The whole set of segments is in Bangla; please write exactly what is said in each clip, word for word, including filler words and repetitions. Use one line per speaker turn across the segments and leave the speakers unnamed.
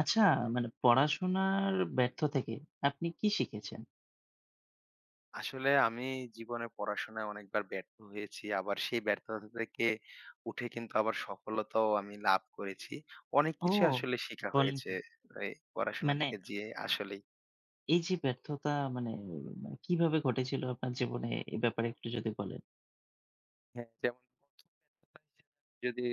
আচ্ছা, মানে পড়াশোনার ব্যর্থ থেকে আপনি কি শিখেছেন?
আসলে আমি জীবনে পড়াশোনায় অনেকবার ব্যর্থ হয়েছি। আবার সেই ব্যর্থতা থেকে উঠে কিন্তু আবার সফলতাও আমি লাভ করেছি। অনেক
ও!
কিছুই আসলে শিখা
বলেন
হয়েছে
কি?
এই পড়াশোনা
মানে
থেকে যে আসলেই।
এই যে ব্যর্থতা, মানে মানে কিভাবে ঘটেছিল আপনার জীবনে, এ ব্যাপারে একটু যদি বলেন?
হ্যাঁ। যেমন ১ম ব্যর্থতা হিসেবে যদি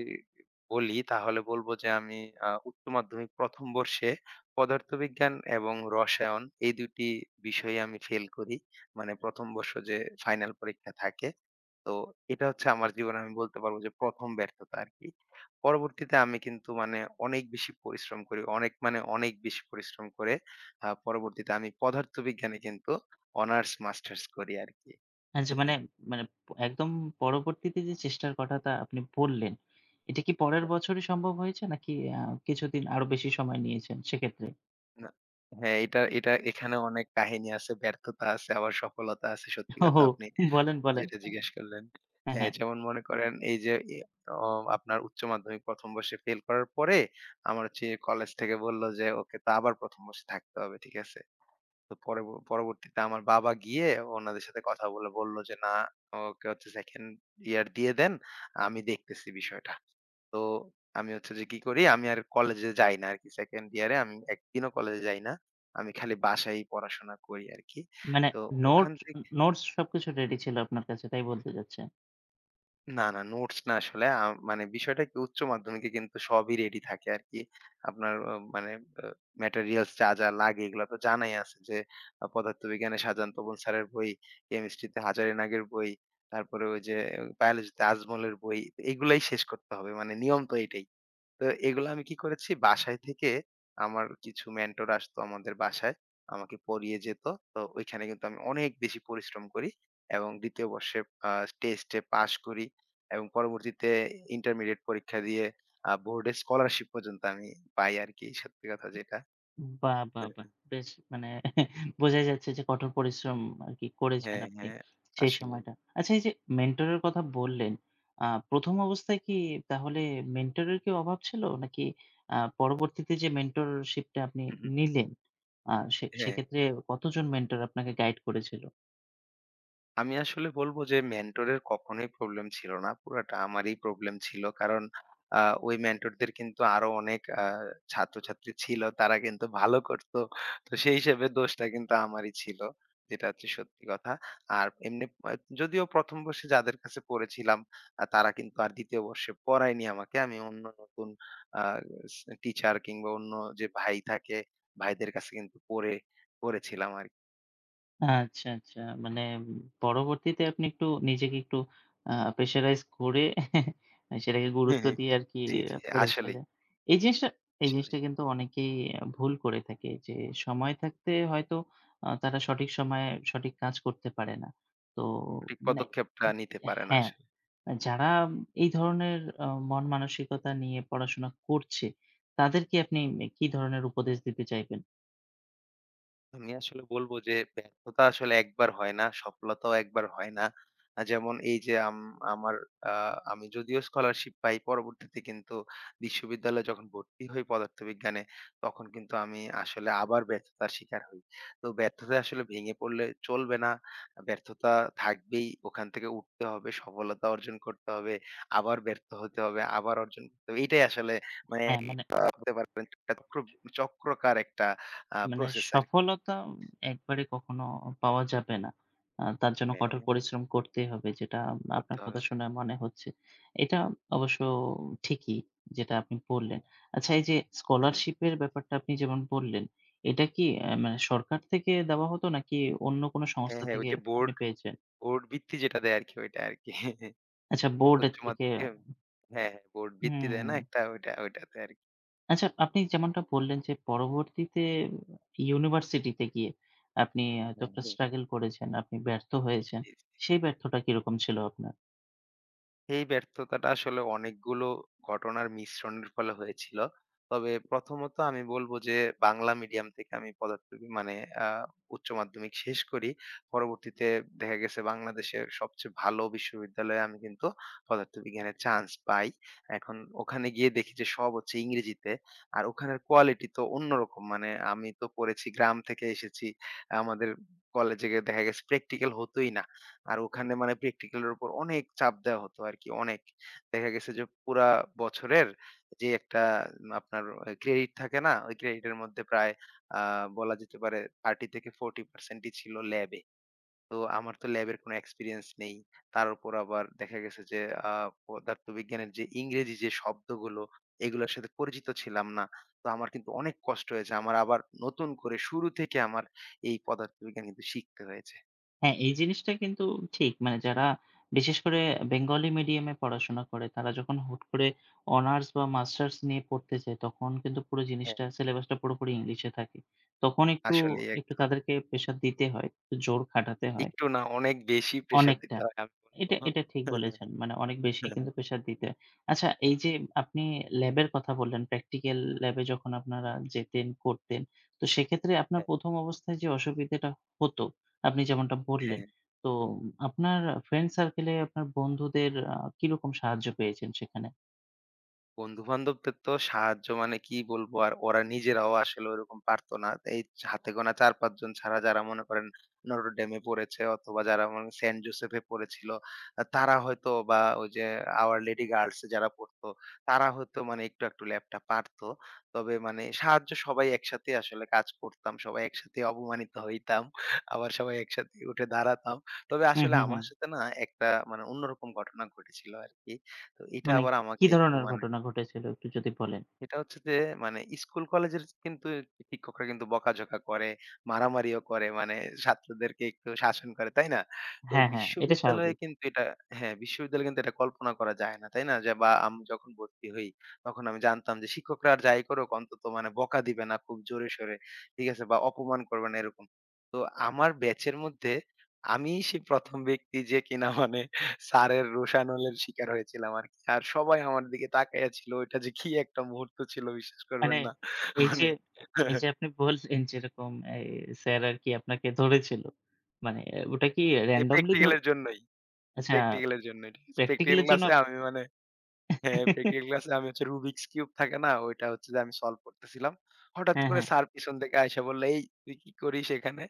বলি তাহলে বলবো যে আমি আ উচ্চ মাধ্যমিক ১ম বর্ষে পদার্থবিজ্ঞান এবং রসায়ন এই দুই টি বিষয়ে আমি ফেল করি। মানে ১ম বর্ষ যে ফাইনাল পরীক্ষা থাকে। তো এটা হচ্ছে আমার জীবনে আমি বলতে পারবো যে ১ম ব্যর্থতা আরকি। পরবর্তীতে আমি কিন্তু মানে অনেক বেশি পরিশ্রম করি। অনেক মানে অনেক বেশি পরিশ্রম করে আ পরবর্তীতে আমি পদার্থবিজ্ঞানে কিন্তু অনার্স মাস্টার্স করি আরকি।
আচ্ছা, মানে মানে প একদম পরবর্তীতে যে চেষ্টার কথাটা আপনি বললেন, এটা কি পরের
হুম।
বছরই সম্ভব হয়েছে নাকি আ কিছুদিন আরো বেশি সময় নিয়েছেন সেক্ষেত্রে?
না, হ্যাঁ, এটা এটা এখানে অনেক কাহিনী আছে, ব্যর্থতা আছে, আবার সফলতা আছে। সত্যি কথা
ওহো!
আপনি
বলেন, বলেন।
যেটা জিজ্ঞেস করলেন।
হ্যাঁ,
হ্যাঁ,
হ্যাঁ।
যেমন মনে করেন এই যে এ অ আপনার উচ্চ মাধ্যমিক ১ম বর্ষে ফেল করার পরে আমার হচ্ছে কলেজ থেকে বলল যে ওকে তো আবার ১ম বর্ষে থাকতে হবে। ঠিক আছে? তো পরব পরবর্তীতে আমার বাবা গিয়ে ওনাদের সাথে কথা বলে বলল যে, "না, ওকে হচ্ছে সেকেন্ড ইয়ার দিয়ে দেন। আমি দেখতেছি বিষয়টা।" তো আমি হচ্ছে যে কি করি, আমি আর কলেজে যাই না আরকি, সেকেন্ড ইয়ারে আমি একদিনও কলেজে যাই না। আমি খালি বাসায়ই পড়াশোনা করি আরকি।
মানে,
তো
নোট
ওখান থেকে
নোটস সবকিছু রেডি ছিল আপনার কাছে, তাই বলতে চাচ্ছেন?
না, না, নোটস না আসলে। আ মানে বিষয়টা কি, উচ্চ মাধ্যমিকে কিন্তু সবই রেডি থাকে আরকি। আপনার অ মানে আ ম্যাটেরিয়ালস যা, যা লাগে এগুলা তো জানাই আছে যে আ পদার্থবিজ্ঞানে সাজান তপন স্যারের বই, কেমিস্ট্রিতে হাজারীনাগের বই, তারপরে ওই যে বায়োলজিতে আজমলের বই। এগুলাই শেষ করতে হবে। মানে নিয়ম তো এটাই। তো এগুলো আমি কি করেছি, বাসায় থেকে আমার কিছু মেন্টর আসতো আমাদের বাসায়, আমাকে পড়িয়ে যেত। তো ওইখানে কিন্তু আমি অনেক বেশি পরিশ্রম করি এবং ২য় বর্ষে আ টেস্টে পাস করি এবং পরবর্তীতে ইন্টারমিডিয়েট পরীক্ষা দিয়ে আ বোর্ডে স্কলারশিপ পর্যন্ত আমি পাই আরকি, সত্যি কথা যেটা।
বাহ! বাহ!
হ্যাঁ,
বাহ!
হ্যাঁ।
বেশ, মানে বোঝাই যাচ্ছে যে কঠোর পরিশ্রম আরকি করেছেন
হ্যাঁ,
আপনি
হ্যাঁ।
সেই
আসলেই।
সময়টা। আচ্ছা, এই যে মেন্টর এর কথা বললেন, আ প্রথম অবস্থায় কি তাহলে মেন্টর এর কি অভাব ছিল? নাকি আ পরবর্তীতে যে মেন্টরশিপ টা আপনি
হু, হু।
নিলেন, আ সে
হ্যাঁ।
সেক্ষেত্রে কতজন মেন্টর আপনাকে গাইড করেছিল?
আমি আসলে বলব যে মেন্টরের কখনোই প্রবলেম ছিল না। পুরাটা আমারই প্রবলেম ছিল। কারণ আ ওই মেন্টরদের কিন্তু আরো অনেক আ ছাত্রছাত্রী ছিল। তারা কিন্তু ভালো করত। তো সেই হিসেবে দোষটা কিন্তু আমারই ছিল। যেটা হচ্ছে সত্যি কথা। আর এমনি আ যদিও ১ম বর্ষে যাদের কাছে পড়েছিলাম, আ তারা কিন্তু আর ২য় বর্ষে পড়ায়নি আমাকে। আমি অন্য নতুন আ স টিচার কিংবা অন্য যে ভাই থাকে, ভাইদের কাছে কিন্তু পড়ে পড়েছিলাম আরকি।
আচ্ছা, আচ্ছা। মানে পরবর্তীতে আপনি একটু নিজেকে একটু আ প্রেশারাইজ করে সেটাকে
হুম,
গুরুত্ব
হুম।
দিয়ে আরকি
জি, জি। আসলেই,
পড়েছিলেন। এই জিনিসটা এই জিনিসটা
আসলেই।
কিন্তু অনেকেই ভুল করে থাকে যে সময় থাকতে হয়তো আ তারা সঠিক সময়ে সঠিক কাজ করতে পারে না। তো
সঠিক
মানে,
পদক্ষেপটা নিতে পারে না
হ্যাঁ,
আসলে।
যারা এই ধরনের আ মন মানসিকতা নিয়ে পড়াশোনা করছে, তাদেরকে আপনি কি ধরনের উপদেশ দিতে চাইবেন?
আমি আসলে বলব যে ব্যর্থতা আসলে একবার হয় না, সফলতাও একবার হয় না। আ যেমন এই যে আম আমার আ আমি যদিও স্কলারশিপ পাই পরবর্তীতে, কিন্তু বিশ্ববিদ্যালয়ে যখন ভর্তি হই পদার্থবিজ্ঞানে, তখন কিন্তু আমি আসলে আবার ব্যর্থতার শিকার হই। তো ব্যর্থতায় আসলে ভেঙে পড়লে চলবে না। ব্যর্থতা থাকবেই। ওখান থেকে উঠতে হবে, সফলতা অর্জন করতে হবে, আবার ব্যর্থ হতে হবে, আবার অর্জন করতে হবে। এইটাই আসলে
হ্যাঁ, মানে
আ বলতে পারেন একটা চক্র চক্রকার একটা আ
মানে
প্রসেস আরকি।
সফলতা একবারে কখনো পাওয়া যাবে না। আ তার জন্য
হ্যাঁ,
কঠোর পরিশ্রম করতেই হবে, যেটা আপনার
করতে
কথা
হবে।
শুনে মনে হচ্ছে। এটা অবশ্য ঠিকই, যেটা আপনি বললেন। আচ্ছা, এই যে
হ্যাঁ।
স্কলারশিপ এর ব্যাপারটা আপনি যেমন বললেন, এটা কি অ্যা মানে সরকার থেকে দেওয়া হতো নাকি অন্য কোনো
হ্যাঁ,
সংস্থা
হ্যাঁ, ওই
থেকে
যে
আপনি
বোর্ড,
পেয়েছেন?
বোর্ড ভিত্তি যেটা দেয় আরকি ওইটা আরকি।
আচ্ছা, বোর্ডের
উচ্চ
থেকে।
মাধ্যমিকে হ্যাঁ, হ্যাঁ, বোর্ড ভিত্তি
হুম।
দেয় না একটা ওইটা ওইটাতে আরকি।
আচ্ছা, আপনি যেমনটা বললেন যে পরবর্তীতে ইউনিভার্সিটিতে গিয়ে আপনি হয়তো
হ্যাঁ,
একটা
হ্যাঁ।
স্ট্রাগল করেছেন, আপনি ব্যর্থ হয়েছেন।
জি।
সেই ব্যর্থটা কিরকম ছিল আপনার?
এই ব্যর্থতাটা আসলে অনেকগুলো ঘটনার মিশ্রণের ফলে হয়েছিল। তবে প্রথমত আমি বলব যে বাংলা মিডিয়াম থেকে আমি পদার্থবি মানে আ উচ্চ মাধ্যমিক শেষ করি। পরবর্তীতে দেখা গেছে বাংলাদেশের সবচেয়ে ভালো বিশ্ববিদ্যালয়ে আমি কিন্তু পদার্থবিজ্ঞানে চান্স পাই। এখন ওখানে গিয়ে দেখি যে সব হচ্ছে ইংরেজিতে। আর ওখানের কোয়ালিটি তো অন্যরকম। মানে আমি তো পড়েছি, গ্রাম থেকে এসেছি। আমাদের কলেজে দেখা গেছে প্র্যাকটিক্যাল হতই না। আর ওখানে মানে প্র্যাকটিক্যাল এর উপর অনেক চাপ দেওয়া হতো আরকি, অনেক। দেখা গেছে যে পুরা বছরের যে একটা উম আপনার ক্রেডিট থাকে না? ওই ক্রেডিটের মধ্যে প্রায় আ বলা যেতে পারে ত্রিশ-চল্লিশ শতাংশ ই ছিল ল্যাবে। তো আমার তো ল্যাবের কোনো এক্সপেরিয়েন্স নেই। তার উপর আবার দেখা গেছে যে আ পদার্থবিজ্ঞানের যে ইংরেজি যে শব্দগুলো, এগুলোর সাথে পরিচিত ছিলাম না। তো আমার কিন্তু অনেক কষ্ট হয়েছে। আমার আবার নতুন করে শুরু থেকে আমার এই পদার্থবিজ্ঞান কিন্তু শিখতে হয়েছে।
হ্যাঁ, এই জিনিসটা কিন্তু ঠিক। মানে যারা বিশেষ করে বেঙ্গলি মিডিয়ামে পড়াশোনা করে, তারা যখন হুট করে অনার্স বা মাস্টার্স নিয়ে পড়তে যায়, তখন কিন্তু পুরো
হ্যাঁ।
জিনিসটা, সিলেবাসটা পুরোপুরি ইংলিশে থাকে। তখন একটু,
আসলেই
একটু
একদম।
তাদেরকে প্রেশার দিতে হয়, একটু জোর খাটাতে হয়।
একটু না অনেক বেশি প্রেশার
অনেকটা।
দিতে হয় আমি বলব।
এটা এটা ঠিক বলেছেন। মানে অনেক বেশি
হ্যাঁ,
কিন্তু
হ্যাঁ,
প্রেশার দিতে। আচ্ছা,
হ্যাঁ,
এই যে আপনি ল্যাবের কথা বললেন, প্র্যাকটিক্যাল ল্যাবে যখন আপনারা যেতেন, করতেন, তো সেক্ষেত্রে আপনার
হ্যাঁ।
প্রথম অবস্থায় যে অসুবিধাটা হতো, আপনি যেমনটা বললেন,
হ্যাঁ।
তো আপনার ফ্রেন্ড সার্কেলে আপনার বন্ধুদের আ কিরকম সাহায্য পেয়েছেন সেখানে?
বন্ধু-বান্ধবদের তো সাহায্য মানে কি বলবো, আর ওরা নিজেরাও আসলে ওরকম পারতো না। এই হাতে গোনা চার-পাঁচ জন ছাড়া, যারা মনে করেন নটরডেমে পড়েছে অথবা যারা মনে সেন্ট জোসেফে পড়েছিল, আ তারা হয়তো বা ওই যে আওয়ার লেডি গার্লস এ যারা পড়তো, তারা হয়তো মানে একটু একটু ল্যাবটা পারতো। তবে মানে সাহায্য, সবাই একসাথে আসলে কাজ করতাম। সবাই একসাথে অপমানিত হইতাম। আবার সবাই একসাথে উঠে দাঁড়াতাম। তবে
হুম,
আসলে
হুম, হুম।
আমার সাথে না একটা মানে অন্যরকম ঘটনা ঘটেছিল আরকি। তো এটা
মানে
আবার
কি
আমাকে একটু
ধরনের
মানে
ঘটনা ঘটেছিল একটু যদি বলেন?
এটা হচ্ছে যে মানে স্কুল কলেজের কিন্তু শিক্ষকরা কিন্তু বকাঝকা করে, মারামারিও করে, মানে ছাত্রদেরকে একটু শাসন করে, তাই না? তো
হ্যাঁ, হ্যাঁ, এটা
বিশ্ববিদ্যালয়ে
স্বাভাবিক।
কিন্তু এটা হ্যাঁ, বিশ্ববিদ্যালয়ে কিন্তু এটা কল্পনা করা যায় না, তাই না? যে বা আমি যখন ভর্তি হই তখন আমি জানতাম যে শিক্ষকরা আর যাই করুক অন্তত মানে বকা দিবে না খুব জোরে সোরে, ঠিক আছে? বা অপমান করবে না এরকম। তো আমার ব্যাচের মধ্যে আমিই সেই ১ম ব্যক্তি যে কিনা মানে স্যারের রোষানলের শিকার হয়েছিলাম আরকি। আর সবাই আমার দিকে তাকাইয়া ছিল। ওইটা যে কি একটা মুহূর্ত ছিল, বিশ্বাস
মানে
করবেন না।
এই যে,
মানে
এই যে আপনি বললেন যেরকম এই স্যার আরকি আপনাকে ধরেছিল। মানে ওটা কি
এই
randomly
প্র্যাকটিক্যাল
ধরে?
এর জন্যই,
আচ্ছা,
প্র্যাকটিক্যাল এর জন্যই। ঠিক আছে?
প্র্যাকটিক্যাল
প্র্যাকটিক্যাল
এর জন্য
ক্লাসে
আপ
আমি মানে হ্যাঁ, প্র্যাকটিক্যাল ক্লাসে আমি হচ্ছে রুবিকস কিউব থাকে না? ওইটা হচ্ছে যে আমি সলভ করতেছিলাম। হঠাৎ
হ্যাঁ,
করে
হ্যাঁ।
স্যার পিছন থেকে আইসা বলল, "এই তুই কি করিস এখানে?"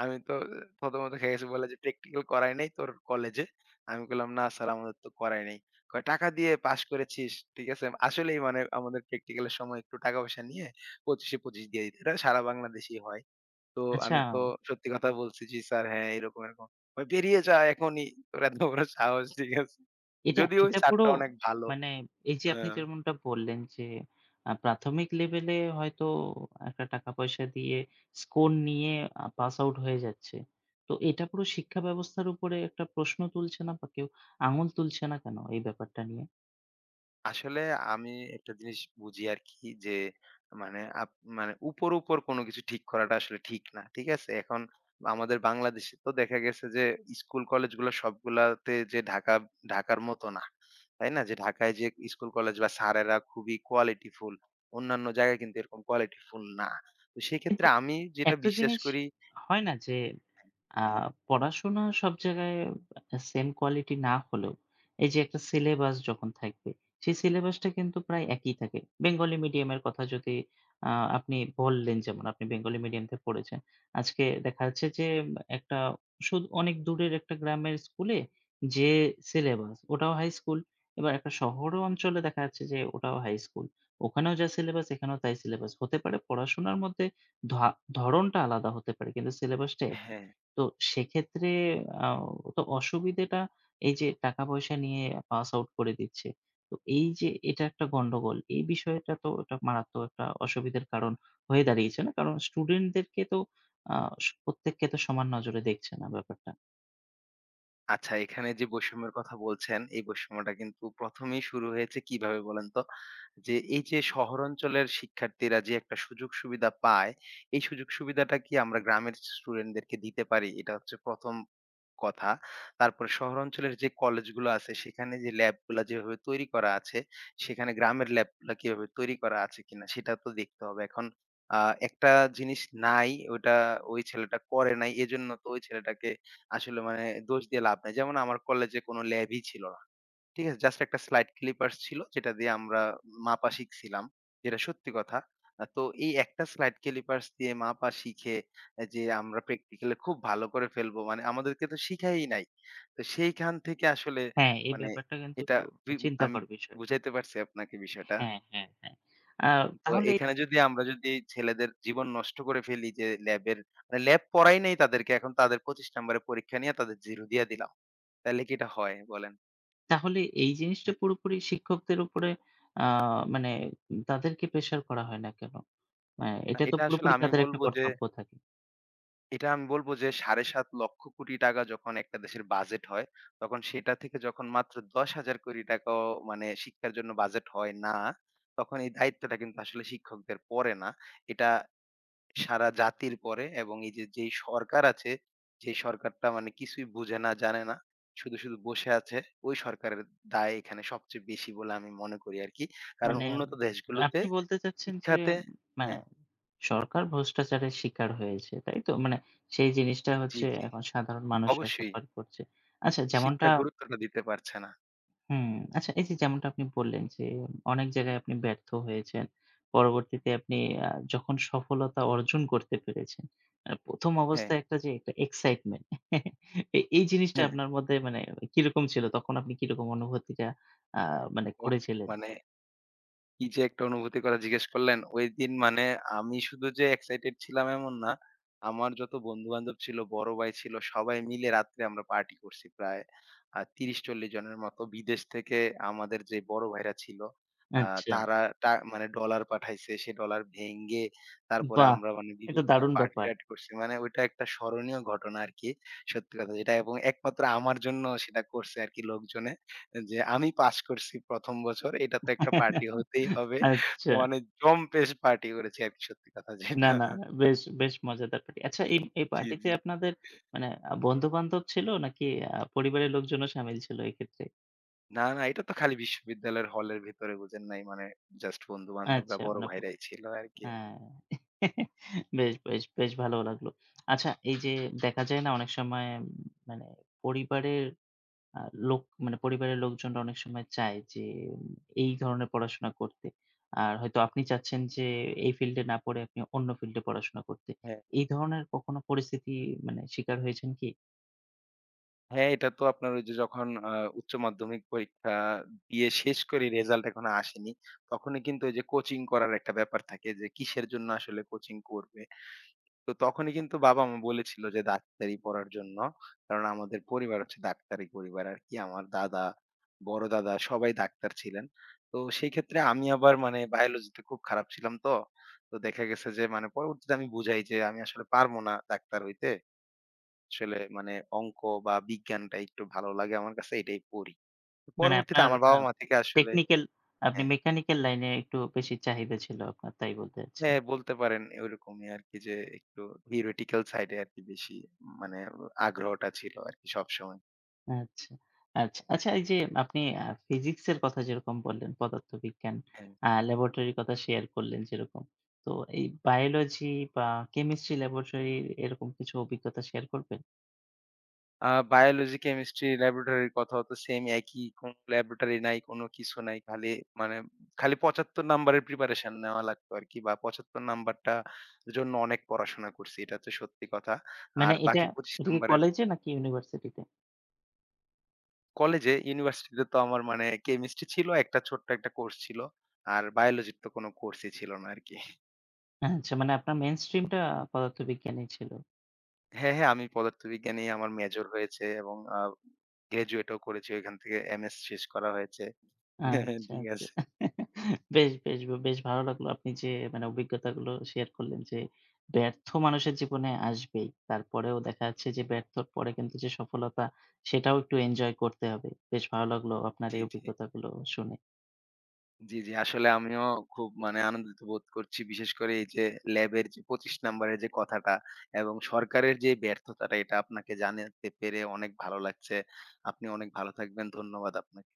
আমি তো প্রথমত খেয়ে গেছি। বলে যে, "প্র্যাকটিক্যাল করাই নাই তোর কলেজে?" আমি বললাম, "না স্যার, আমাদের তো করাই নাই।" কয়, "টাকা দিয়ে পাস করেছিস।" ঠিক আছে? আসলেই মানে আমাদের প্র্যাকটিক্যাল এর সময় একটু টাকা-পয়সা নিয়ে পঁচিশ এ পঁচিশ দিয়ে দিত। এটা সারা বাংলাদেশেই হয়। তো
আচ্ছা,
আমি তো সত্যি কথা বলছি, "জি স্যার, হ্যাঁ এরকম, এরকম।" কয়, "বেরিয়ে যা এখনই। তোর এত বড় সাহস।" ঠিক আছে?
এটা
যদিও ওই
এটা পুরো,
স্যারটা অনেক ভালো।
মানে এই যে আপনি
হ্যাঁ,
যেমনটা বললেন যে আ প্রাথমিক লেভেলে হয়তো একটা টাকা-পয়সা দিয়ে স্কোর নিয়ে আ পাস আউট হয়ে যাচ্ছে। তো এটা পুরো শিক্ষা ব্যবস্থার উপরে একটা প্রশ্ন তুলছে না, বা কেউ আঙুল তুলছে না কেন এই ব্যাপারটা নিয়ে?
আসলে আমি একটা জিনিস বুঝি আরকি যে মানে আপ মানে উপর, উপর কোনো কিছু ঠিক করাটা আসলে ঠিক না। ঠিক আছে? এখন আমাদের বাংলাদেশে তো দেখা গেছে যে স্কুল কলেজগুলো সবগুলাতে যে ঢাকা ঢাকার মতো না। তাই না? যে ঢাকায় যে স্কুল কলেজ বা স্যারেরা খুবই কোয়ালিটিফুল। অন্যান্য জায়গায় কিন্তু এরকম কোয়ালিটিফুল না। তো
কিন্তু
সেক্ষেত্রে আমি যেটা
একটা
বিশ্বাস
জিনিস
করি
হয় না যে আ
হ্যাঁ,
পড়াশোনা সব জায়গায় সেম কোয়ালিটি না হলেও এই যে একটা সিলেবাস যখন থাকবে, সেই সিলেবাসটা কিন্তু প্রায় একই থাকে। বেঙ্গলি মিডিয়ামের কথা যদি আ আপনি বললেন, যেমন আপনি বেঙ্গলি মিডিয়ামতে পড়েছেন। আজকে দেখা যাচ্ছে যে একটা শুধু অনেক দূরের একটা গ্রামের স্কুলে যে সিলেবাস, ওটাও হাই স্কুল। এবার একটা শহর অঞ্চলে দেখা যাচ্ছে যে ওটাও হাই স্কুল। ওখানেও যা সিলেবাস, এখানেও তাই সিলেবাস। হতে পারে পড়াশোনার মধ্যে ধা ধরণটা আলাদা হতে পারে, কিন্তু সিলেবাসটা একই।
হ্যাঁ।
তো সেক্ষেত্রে আ তো অসুবিধেটা এই যে টাকা-পয়সা নিয়ে পাস আউট করে দিচ্ছে। তো এই যে এটা একটা গন্ডগোল। এই বিষয়টা তো একটা মারাত্মক একটা অসুবিধার কারণ হয়ে দাঁড়িয়েছে না? কারণ স্টুডেন্টদেরকে তো আ স প্রত্যেককে তো সমান নজরে দেখছে না ব্যাপারটা।
আচ্ছা এখানে যে বৈষম্যের কথা বলছেন, এই বৈষম্যটা কিন্তু ১ম এই শুরু হয়েছে কিভাবে বলেন তো? যে এই যে শহর অঞ্চলের শিক্ষার্থীরা যে একটা সুযোগ সুবিধা পায়, এই সুযোগ সুবিধাটা কি আমরা গ্রামের স্টুডেন্টদেরকে দিতে পারি? এটা হচ্ছে ১ম কথা। তারপরে শহর অঞ্চলের যে কলেজগুলো আছে সেখানে যে ল্যাবগুলা যেভাবে তৈরি করা আছে, সেখানে গ্রামের ল্যাবগুলা কিভাবে তৈরি করা আছে কিনা সেটা তো দেখতে হবে। এখন আ একটা জিনিস নাই, ওটা ওই ছেলেটা করে নাই। এজন্য তো ওই ছেলেটাকে আসলে মানে দোষ দিয়ে লাভ নাই। যেমন আমার কলেজে কোনো ল্যাবই ছিল না। ঠিক আছে? জাস্ট একটা স্লাইড ক্লিপার্স ছিল যেটা দিয়ে আমরা মাপা শিখছিলাম। যেটা সত্যি কথা। আ তো এই একটা স্লাইড ক্লিপার্স দিয়ে মাপা শিখে এ যে আমরা প্র্যাকটিক্যালি খুব ভালো করে ফেলবো। মানে আমাদেরকে তো শিখাই নাই। তো সেইখান থেকে আসলে
হ্যাঁ, এই
মানে
ব্যাপারটা কিন্তু
এটা
একটু
বি
চিন্তা
আমি
কর বিষয়।
বুঝাইতে পারছি আপনাকে বিষয়টা।
হ্যাঁ, হ্যাঁ, হ্যাঁ। আ
তো
তাহলে
এখানে যদি আমরা যদি ছেলেদের জীবন নষ্ট করে ফেলি, যে ল্যাবের মানে ল্যাব পড়াই নাই তাদেরকে, এখন তাদের পঁচিশ নাম্বারের পরীক্ষা নিয়ে তাদের শূন্য দিয়ে দিলাম। তাইলে কি এটা হয় বলেন?
তাহলে এই জিনিসটা
হ্যাঁ,
পুরোপুরি শিক্ষকদের উপরে আ মানে তাদেরকে প্রেশার করা হয় না কেন? আ
না
এটা তো
এটা আসলে
পুরোপুরি
আমি
তাদের একটা
বলব যে
কর্তব্য থাকে।
এটা আমি বলব যে ৳সাত দশমিক পাঁচ লক্ষ কোটি টাকা যখন একটা দেশের বাজেট হয়, তখন সেটা থেকে যখন মাত্র ৳দশ হাজার কোটি টাকা মানে শিক্ষার জন্য বাজেট হয় না, তখন এই দায়িত্বটা কিন্তু আসলে শিক্ষকদের পড়ে না। এটা সারা জাতির পড়ে এবং এই যে যেই সরকার আছে, সেই সরকারটা মানে কিছুই বুঝে না, জানে না। শুধু, শুধু বসে আছে। ওই সরকারের দায় এখানে সবচেয়ে বেশি বলে আমি মনে করি আরকি। কারণ
মানে
উন্নত দেশগুলোতে
আপনি বলতে চাচ্ছেন যে
শিক্ষাতে
মানে
হ্যাঁ,
সরকার ভ্রষ্টাচারের শিকার হয়েছে, তাই তো? মানে সেই জিনিসটা
জি,
হচ্ছে
জি।
এখন সাধারণ মানুষরা
অবশ্যই
সাফার করছে। আচ্ছা, যেমনটা
শিক্ষার গুরুত্বটা দিতে পারছে না।
হুম, আচ্ছা এই যে যেমনটা আপনি বললেন যে অনেক জায়গায় আপনি ব্যর্থ হয়েছেন। পরবর্তীতে আপনি আ যখন সফলতা অর্জন করতে পেরেছেন, আ প্রথম
হ্যাঁ।
অবস্থায় একটা, যে একটা এক্সাইটমেন্ট, এ এই জিনিসটা
হ্যাঁ, হ্যাঁ।
আপনার মধ্যে মানে কিরকম ছিল? তখন আপনি কিরকম অনুভূতিটা আ মানে
ওফ!
করেছিলেন?
মানে কি যে একটা অনুভূতির কথা জিজ্ঞেস করলেন, ওইদিন মানে আমি শুধু যে এক্সাইটেড ছিলাম এমন না। আমার যত বন্ধু-বান্ধব ছিল, বড় ভাই ছিল, সবাই মিলে রাত্রে আমরা পার্টি করছি প্রায় আ ত্রিশ চল্লিশ জনের মতো। বিদেশ থেকে আমাদের যে বড় ভাইরা ছিল, আ
আচ্ছা,
তারা টা মানে ডলার পাঠাইছে। সে ডলার ভেঙে তারপরে
বাহ!
আমরা মানে
এটা
বিভিন্ন
দারুণ ব্যাপার।
পার্টি-টার্টি করছি। মানে ওইটা একটা স্মরণীয় ঘটনা আরকি। সত্যি কথা যেটা, এবং একমাত্র আমার জন্য সেটা করছে আরকি লোকজনে। যে আমি পাস করছি ১ম বছর। এটা তো একটা পার্টি হতেই হবে। তো
আচ্ছা।
মানে জম্পেশ পার্টি করেছি আরকি, সত্যি কথা
না,
যেটা।
না, বেশ, বেশ মজাদার পার্টি। আচ্ছা, এই, এই
জি,
পার্টিতে
জি।
আপনাদের মানে আ বন্ধু-বান্ধব ছিল নাকি আ পরিবারের লোকজনও শামিল ছিল এক্ষেত্রে?
না, না, এটা তো খালি বিশ্ববিদ্যালয়ের হলের ভেতরে, বুঝেন নাই মানে জাস্ট বন্ধু-বান্ধবরা
আচ্ছা,
বড়
মানে ব
ভাইরাই ছিল আরকি।
হ্যাঁ। বেশ, বেশ, বেশ ভালো লাগলো। আচ্ছা, এই যে দেখা যায় না অনেক সময়, উম মানে পরিবারের আ লোক, মানে পরিবারের লোকজনরা অনেক সময় চায় যে উম, এই ধরনের পড়াশোনা করতে। আর হয়তো আপনি চাচ্ছেন যে এই ফিল্ডে না পড়ে আপনি অন্য ফিল্ডে পড়াশোনা করতে।
হ্যাঁ।
এই ধরনের কখনো পরিস্থিতি মানে শিকার হয়েছেন কি?
হ্যাঁ, এটা তো আপনার ওই যে যখন আ উচ্চ মাধ্যমিক পরীক্ষা দিয়ে শেষ করি, রেজাল্ট এখনো আসেনি। তখনই কিন্তু ওই যে কোচিং করার একটা ব্যাপার থাকে যে কিসের জন্য আসলে কোচিং করবে। তো তখনই কিন্তু বাবা-মা বলেছিল যে ডাক্তারি পড়ার জন্য। কারণ আমাদের পরিবার হচ্ছে ডাক্তারি পরিবার আরকি। আমার দাদা, বড় দাদা সবাই ডাক্তার ছিলেন। তো সেই ক্ষেত্রে আমি আবার মানে বায়োলজিতে খুব খারাপ ছিলাম তো। তো দেখা গেছে যে মানে পরবর্তীতে আমি বুঝাই যে আমি আসলে পারব না ডাক্তার হইতে। আসলে মানে অঙ্ক বা বিজ্ঞানটা একটু ভালো লাগে আমার কাছে, এটাই পড়ি। তো
মানে
পরবর্তীতে
আপনার
আমার
আ
বাবা-মা থেকে আসলে
টেকনিক্যাল, আপনি
হ্যাঁ।
মেকানিক্যাল লাইনে একটু বেশি চাহিদা ছিল আপনার, তাই বলতে চাচ্ছেন।
হ্যাঁ, বলতে পারেন ওইরকমই আরকি, যে একটু theoretical side এ আরকি বেশি মানে আগ্রহটা ছিল আরকি সবসময়।
আচ্ছা, আচ্ছা। আচ্ছা, এই যে আপনি আ ফিজিক্স এর কথা যেরকম বললেন, পদার্থবিজ্ঞান,
হ্যাঁ।
আ ল্যাবরেটরির কথা শেয়ার করলেন যেরকম। তো এই বায়োলজি বা কেমিস্ট্রি ল্যাবরেটরি, এরকম কিছু অভিজ্ঞতা শেয়ার করবেন?
আ বায়োলজি, কেমিস্ট্রি, ল্যাবরেটরির কথাও তো সেম একই। কোন ল্যাবরেটরি নাই, কোন কিছু নাই। খালি মানে খালি পঁচাত্তর নাম্বারের প্রিপারেশন নেওয়া লাগতো আরকি, বা পঁচাত্তর নাম্বারটা জন্য অনেক পড়াশোনা করছি। এটা হচ্ছে সত্যি কথা।
মানে
আর
এটা,
বাকি পঁচিশ
এটা কি
নাম্বারের
কলেজে নাকি ইউনিভার্সিটিতে?
কলেজে, ইউনিভার্সিটিতে তো আমার মানে কেমিস্ট্রি ছিল, একটা ছোট্ট একটা কোর্স ছিল। আর বায়োলজির তো কোন কোর্সই ছিল না আরকি।
আচ্ছা, মানে আপনার মেইনস্ট্রিম টা পদার্থবিজ্ঞানেই ছিল।
হ্যাঁ, হ্যাঁ, আমি পদার্থবিজ্ঞানেই, আমার মেজর হয়েছে এবং আ গ্র্যাজুয়েটও করেছি ওইখান থেকে, এমএস শেষ করা হয়েছে।
আচ্ছা,
ঠিক
আচ্ছা।
আছে।
বেশ, বেশ, বেশ ভালো লাগলো আপনি যে মানে অভিজ্ঞতাগুলো শেয়ার করলেন যে ব্যর্থ মানুষের জীবনে আসবেই। তারপরেও দেখা যাচ্ছে যে ব্যর্থর পরে কিন্তু যে সফলতা, সেটাও একটু এনজয় করতে হবে। বেশ ভালো লাগলো আপনার
জি,
এই
জি।
অভিজ্ঞতাগুলো শুনে।
জি, জি। আসলে আমিও খুব মানে আনন্দিত বোধ করছি। বিশেষ করে এই যে ল্যাবের যে পঁচিশ নাম্বারের যে কথাটা এবং সরকারের যে ব্যর্থতাটা এটা আপনাকে জানাতে পেরে অনেক ভালো লাগছে। আপনি অনেক ভালো থাকবেন। ধন্যবাদ আপনাকে।